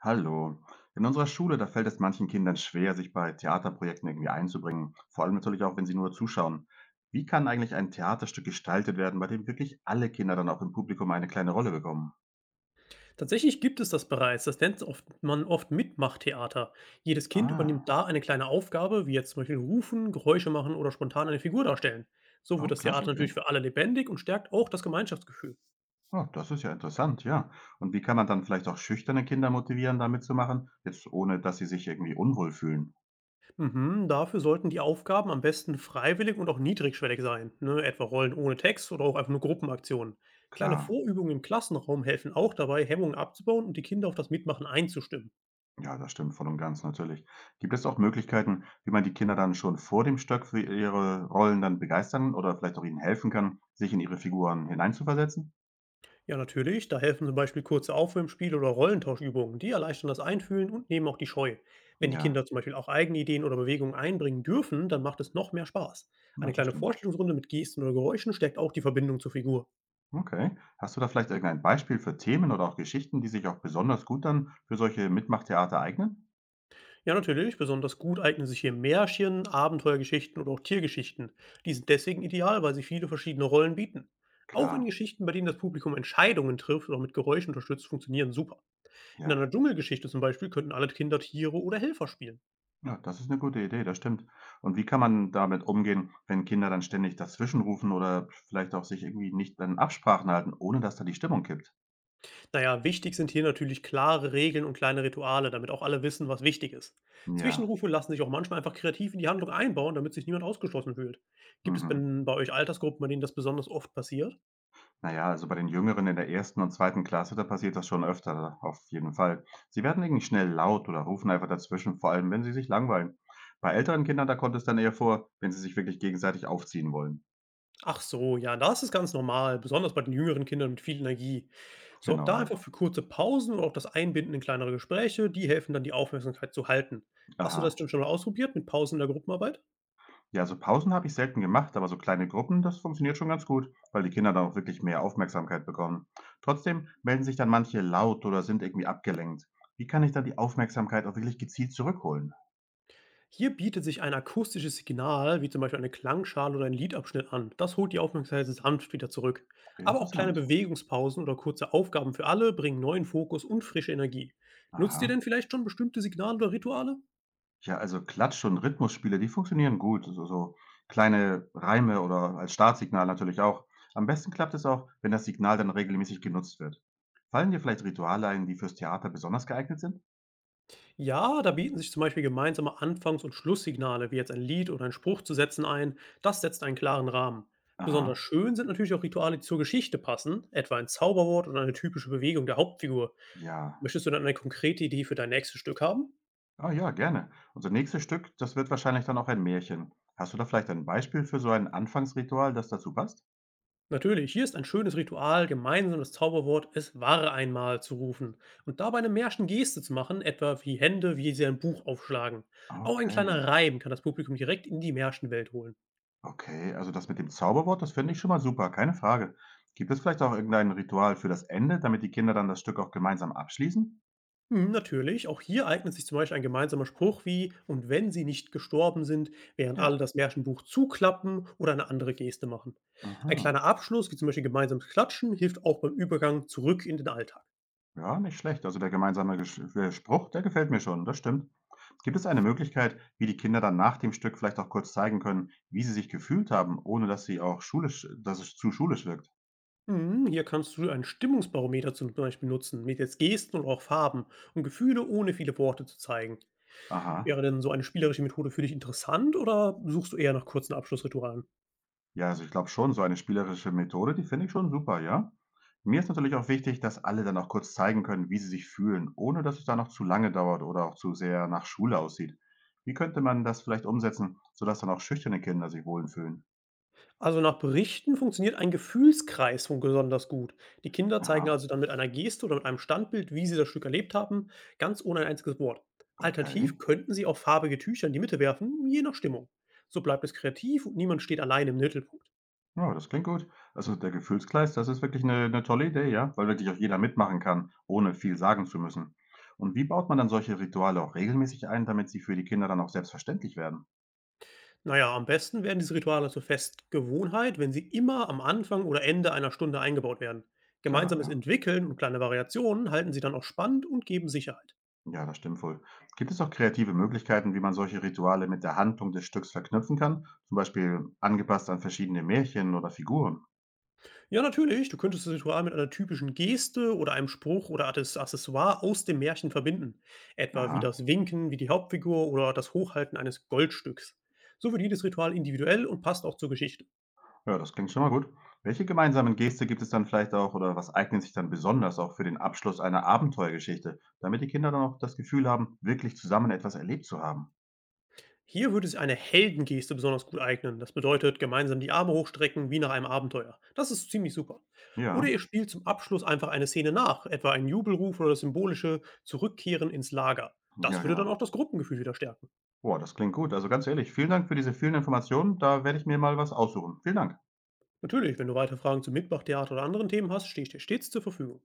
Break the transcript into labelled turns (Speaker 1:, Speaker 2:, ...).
Speaker 1: Hallo. In unserer Schule, da fällt es manchen Kindern schwer, sich bei Theaterprojekten irgendwie einzubringen, vor allem natürlich auch, wenn sie nur zuschauen. Wie kann eigentlich ein Theaterstück gestaltet werden, bei dem wirklich alle Kinder dann auch im Publikum eine kleine Rolle bekommen?
Speaker 2: Tatsächlich gibt es das bereits. Das nennt man oft Mitmachtheater. Jedes Kind übernimmt
Speaker 1: Ah,
Speaker 2: da eine kleine Aufgabe, wie jetzt zum Beispiel rufen, Geräusche machen oder spontan eine Figur darstellen. So wird
Speaker 1: oh,
Speaker 2: das
Speaker 1: klasse,
Speaker 2: Theater
Speaker 1: okay.
Speaker 2: natürlich für alle lebendig und stärkt auch das Gemeinschaftsgefühl.
Speaker 1: Oh, das ist ja interessant, ja. Und wie kann man dann vielleicht auch schüchterne Kinder motivieren, da mitzumachen, jetzt ohne dass sie sich irgendwie unwohl fühlen?
Speaker 2: Mhm, Dafür sollten die Aufgaben am besten freiwillig und auch niedrigschwellig sein, ne? Etwa Rollen ohne Text oder auch einfach nur Gruppenaktionen. Kleine
Speaker 1: Klar.
Speaker 2: Vorübungen im Klassenraum helfen auch dabei, Hemmungen abzubauen und die Kinder auf das Mitmachen einzustimmen.
Speaker 1: Ja, das stimmt voll und ganz, natürlich. Gibt es auch Möglichkeiten, wie man die Kinder dann schon vor dem Stöck für ihre Rollen dann begeistern oder vielleicht auch ihnen helfen kann, sich in ihre Figuren hineinzuversetzen?
Speaker 2: Ja, natürlich. Da helfen zum Beispiel kurze Aufwärmspiele oder Rollentauschübungen. Die erleichtern das Einfühlen und nehmen auch die Scheu. Wenn die
Speaker 1: Ja,
Speaker 2: Kinder zum Beispiel auch eigene Ideen oder Bewegungen einbringen dürfen, dann macht es noch mehr Spaß.
Speaker 1: ja,
Speaker 2: Eine
Speaker 1: das
Speaker 2: kleine
Speaker 1: stimmt.
Speaker 2: Vorstellungsrunde mit Gesten oder Geräuschen stärkt auch die Verbindung zur Figur.
Speaker 1: Okay. Hast du da vielleicht irgendein Beispiel für Themen oder auch Geschichten, die sich auch besonders gut dann für solche Mitmachtheater eignen?
Speaker 2: Ja, natürlich. Besonders gut eignen sich hier Märchen, Abenteuergeschichten oder auch Tiergeschichten. Die sind deswegen ideal, weil sie viele verschiedene Rollen bieten. Auch in
Speaker 1: Klar,
Speaker 2: Geschichten, bei denen das Publikum Entscheidungen trifft oder mit Geräuschen unterstützt, funktionieren super. In
Speaker 1: ja.
Speaker 2: einer Dschungelgeschichte zum Beispiel könnten alle Kinder Tiere oder Helfer spielen.
Speaker 1: Ja, das ist eine gute Idee, das stimmt. Und wie kann man damit umgehen, wenn Kinder dann ständig dazwischenrufen oder vielleicht auch sich irgendwie nicht an Absprachen halten, ohne dass da die Stimmung kippt?
Speaker 2: Naja, wichtig sind hier natürlich klare Regeln und kleine Rituale, damit auch alle wissen, was wichtig ist.
Speaker 1: Ja.
Speaker 2: Zwischenrufe lassen sich auch manchmal einfach kreativ in die Handlung einbauen, damit sich niemand ausgeschlossen fühlt. Gibt es
Speaker 1: Mhm.
Speaker 2: denn bei euch Altersgruppen, bei denen das besonders oft passiert?
Speaker 1: Na ja, also bei den Jüngeren in der ersten und zweiten Klasse, da passiert das schon öfter, auf jeden Fall. Sie werden irgendwie schnell laut oder rufen einfach dazwischen, vor allem wenn sie sich langweilen. Bei älteren Kindern, da kommt es dann eher vor, wenn sie sich wirklich gegenseitig aufziehen wollen.
Speaker 2: Ach so, ja, da ist es ganz normal, besonders bei den jüngeren Kindern mit viel Energie. Sorgt
Speaker 1: Genau,
Speaker 2: da
Speaker 1: ja.
Speaker 2: einfach für kurze Pausen und auch das Einbinden in kleinere Gespräche, die helfen dann, die Aufmerksamkeit zu halten. Hast du das
Speaker 1: Aha.
Speaker 2: denn schon mal ausprobiert mit Pausen in der Gruppenarbeit?
Speaker 1: Ja, also Pausen habe ich selten gemacht, aber so kleine Gruppen, das funktioniert schon ganz gut, weil die Kinder dann auch wirklich mehr Aufmerksamkeit bekommen. Trotzdem melden sich dann manche laut oder sind irgendwie abgelenkt. Wie kann ich dann die Aufmerksamkeit auch wirklich gezielt zurückholen?
Speaker 2: Hier bietet sich ein akustisches Signal, wie zum Beispiel eine Klangschale oder ein Liedabschnitt an. Das holt die Aufmerksamkeit sanft wieder zurück. Aber auch kleine
Speaker 1: Interessant.
Speaker 2: Bewegungspausen oder kurze Aufgaben für alle bringen neuen Fokus und frische Energie. Nutzt ihr
Speaker 1: Aha.
Speaker 2: denn vielleicht schon bestimmte Signale oder Rituale?
Speaker 1: Ja, also Klatsch und Rhythmusspiele, die funktionieren gut. So kleine Reime oder als Startsignal natürlich auch. Am besten klappt es auch, wenn das Signal dann regelmäßig genutzt wird. Fallen dir vielleicht Rituale ein, die fürs Theater besonders geeignet sind?
Speaker 2: Ja, da bieten sich zum Beispiel gemeinsame Anfangs- und Schlusssignale, wie jetzt ein Lied oder einen Spruch zu setzen ein. Das setzt einen klaren Rahmen. Besonders
Speaker 1: Aha,
Speaker 2: schön sind natürlich auch Rituale, die zur Geschichte passen, etwa ein Zauberwort oder eine typische Bewegung der Hauptfigur.
Speaker 1: ja.
Speaker 2: Möchtest du dann eine konkrete Idee für dein nächstes Stück haben?
Speaker 1: Ah ja, gerne. Unser nächstes Stück, das wird wahrscheinlich dann auch ein Märchen. Hast du da vielleicht ein Beispiel für so ein Anfangsritual, das dazu passt?
Speaker 2: Natürlich, hier ist ein schönes Ritual, gemeinsam das Zauberwort "Es war einmal" zu rufen und dabei eine märchen Geste zu machen, etwa wie Hände, wie sie ein Buch aufschlagen. Auch ein
Speaker 1: Okay,
Speaker 2: kleiner Reim kann das Publikum direkt in die Märchenwelt holen.
Speaker 1: okay. Also das mit dem Zauberwort, das finde ich schon mal super, keine Frage. Gibt es vielleicht auch irgendein Ritual für das Ende, damit die Kinder dann das Stück auch gemeinsam abschließen?
Speaker 2: Natürlich, auch hier eignet sich zum Beispiel ein gemeinsamer Spruch wie "Und wenn sie nicht gestorben sind", während
Speaker 1: Ja.
Speaker 2: alle das Märchenbuch zuklappen oder eine andere Geste machen. Ein
Speaker 1: Aha,
Speaker 2: kleiner Abschluss, wie zum Beispiel gemeinsames Klatschen, hilft auch beim Übergang zurück in den Alltag.
Speaker 1: ja, nicht schlecht. Also der gemeinsame Gesch Spruch, der gefällt mir schon, das stimmt. Gibt es eine Möglichkeit, wie die Kinder dann nach dem Stück vielleicht auch kurz zeigen können, wie sie sich gefühlt haben, ohne dass sie auch schulisch, dass es zu schulisch wirkt?
Speaker 2: Mhm, Hier kannst du ein Stimmungsbarometer zum Beispiel nutzen, mit jetzt Gesten und auch Farben, um Gefühle ohne viele Worte zu zeigen.
Speaker 1: Aha,
Speaker 2: Wäre denn so eine spielerische Methode für dich interessant oder suchst du eher nach kurzen Abschlussritualen?
Speaker 1: ja, also ich glaube schon, so eine spielerische Methode, die finde ich schon super, ja. Mir ist natürlich auch wichtig, dass alle dann auch kurz zeigen können, wie sie sich fühlen, ohne dass es dann noch zu lange dauert oder auch zu sehr nach Schule aussieht. Wie könnte man das vielleicht umsetzen, sodass dann auch schüchterne Kinder sich wohlfühlen?
Speaker 2: Also nach Berichten funktioniert ein Gefühlskreis besonders gut. Die Kinder
Speaker 1: Aha,
Speaker 2: zeigen also dann mit einer Geste oder mit einem Standbild, wie sie das Stück erlebt haben, ganz ohne ein einziges Wort.
Speaker 1: okay.
Speaker 2: Alternativ könnten sie auch farbige Tücher in die Mitte werfen, je nach Stimmung. So bleibt es kreativ und niemand steht allein im Mittelpunkt.
Speaker 1: Ja, das klingt gut. Also der Gefühlsgleis, das ist wirklich eine tolle Idee, ja, weil wirklich auch jeder mitmachen kann, ohne viel sagen zu müssen. Und wie baut man dann solche Rituale auch regelmäßig ein, damit sie für die Kinder dann auch selbstverständlich werden?
Speaker 2: Na ja, am besten werden diese Rituale zur Festgewohnheit, wenn sie immer am Anfang oder Ende einer Stunde eingebaut werden.
Speaker 1: Klar,
Speaker 2: Gemeinsames
Speaker 1: ja.
Speaker 2: Entwickeln und kleine Variationen halten sie dann auch spannend und geben Sicherheit.
Speaker 1: Ja, das stimmt wohl. Gibt es auch kreative Möglichkeiten, wie man solche Rituale mit der Handlung des Stücks verknüpfen kann? Zum Beispiel angepasst an verschiedene Märchen oder Figuren?
Speaker 2: Ja, natürlich, du könntest das Ritual mit einer typischen Geste oder einem Spruch oder Accessoire aus dem Märchen verbinden. Etwa wie
Speaker 1: Aha.
Speaker 2: das Winken, wie die Hauptfigur oder das Hochhalten eines Goldstücks. So wird jedes Ritual individuell und passt auch zur Geschichte.
Speaker 1: Ja, das klingt schon mal gut. Welche gemeinsamen Geste gibt es dann vielleicht auch oder was eignet sich dann besonders auch für den Abschluss einer Abenteuergeschichte, damit die Kinder dann auch das Gefühl haben, wirklich zusammen etwas erlebt zu haben?
Speaker 2: Hier würde sich eine Heldengeste besonders gut eignen. Das bedeutet, gemeinsam die Arme hochstrecken wie nach einem Abenteuer. Das ist ziemlich super. Oder
Speaker 1: Ja,
Speaker 2: ihr spielt zum Abschluss einfach eine Szene nach, etwa einen Jubelruf oder das symbolische Zurückkehren ins Lager. Das
Speaker 1: ja,
Speaker 2: würde dann
Speaker 1: genau.
Speaker 2: auch das Gruppengefühl wieder stärken.
Speaker 1: Boah, das klingt gut. Also ganz ehrlich, vielen Dank für diese vielen Informationen. Da werde ich mir mal was aussuchen. Vielen Dank.
Speaker 2: Natürlich, wenn du weitere Fragen zum Mitmachtheater oder anderen Themen hast, stehe ich dir stets zur Verfügung.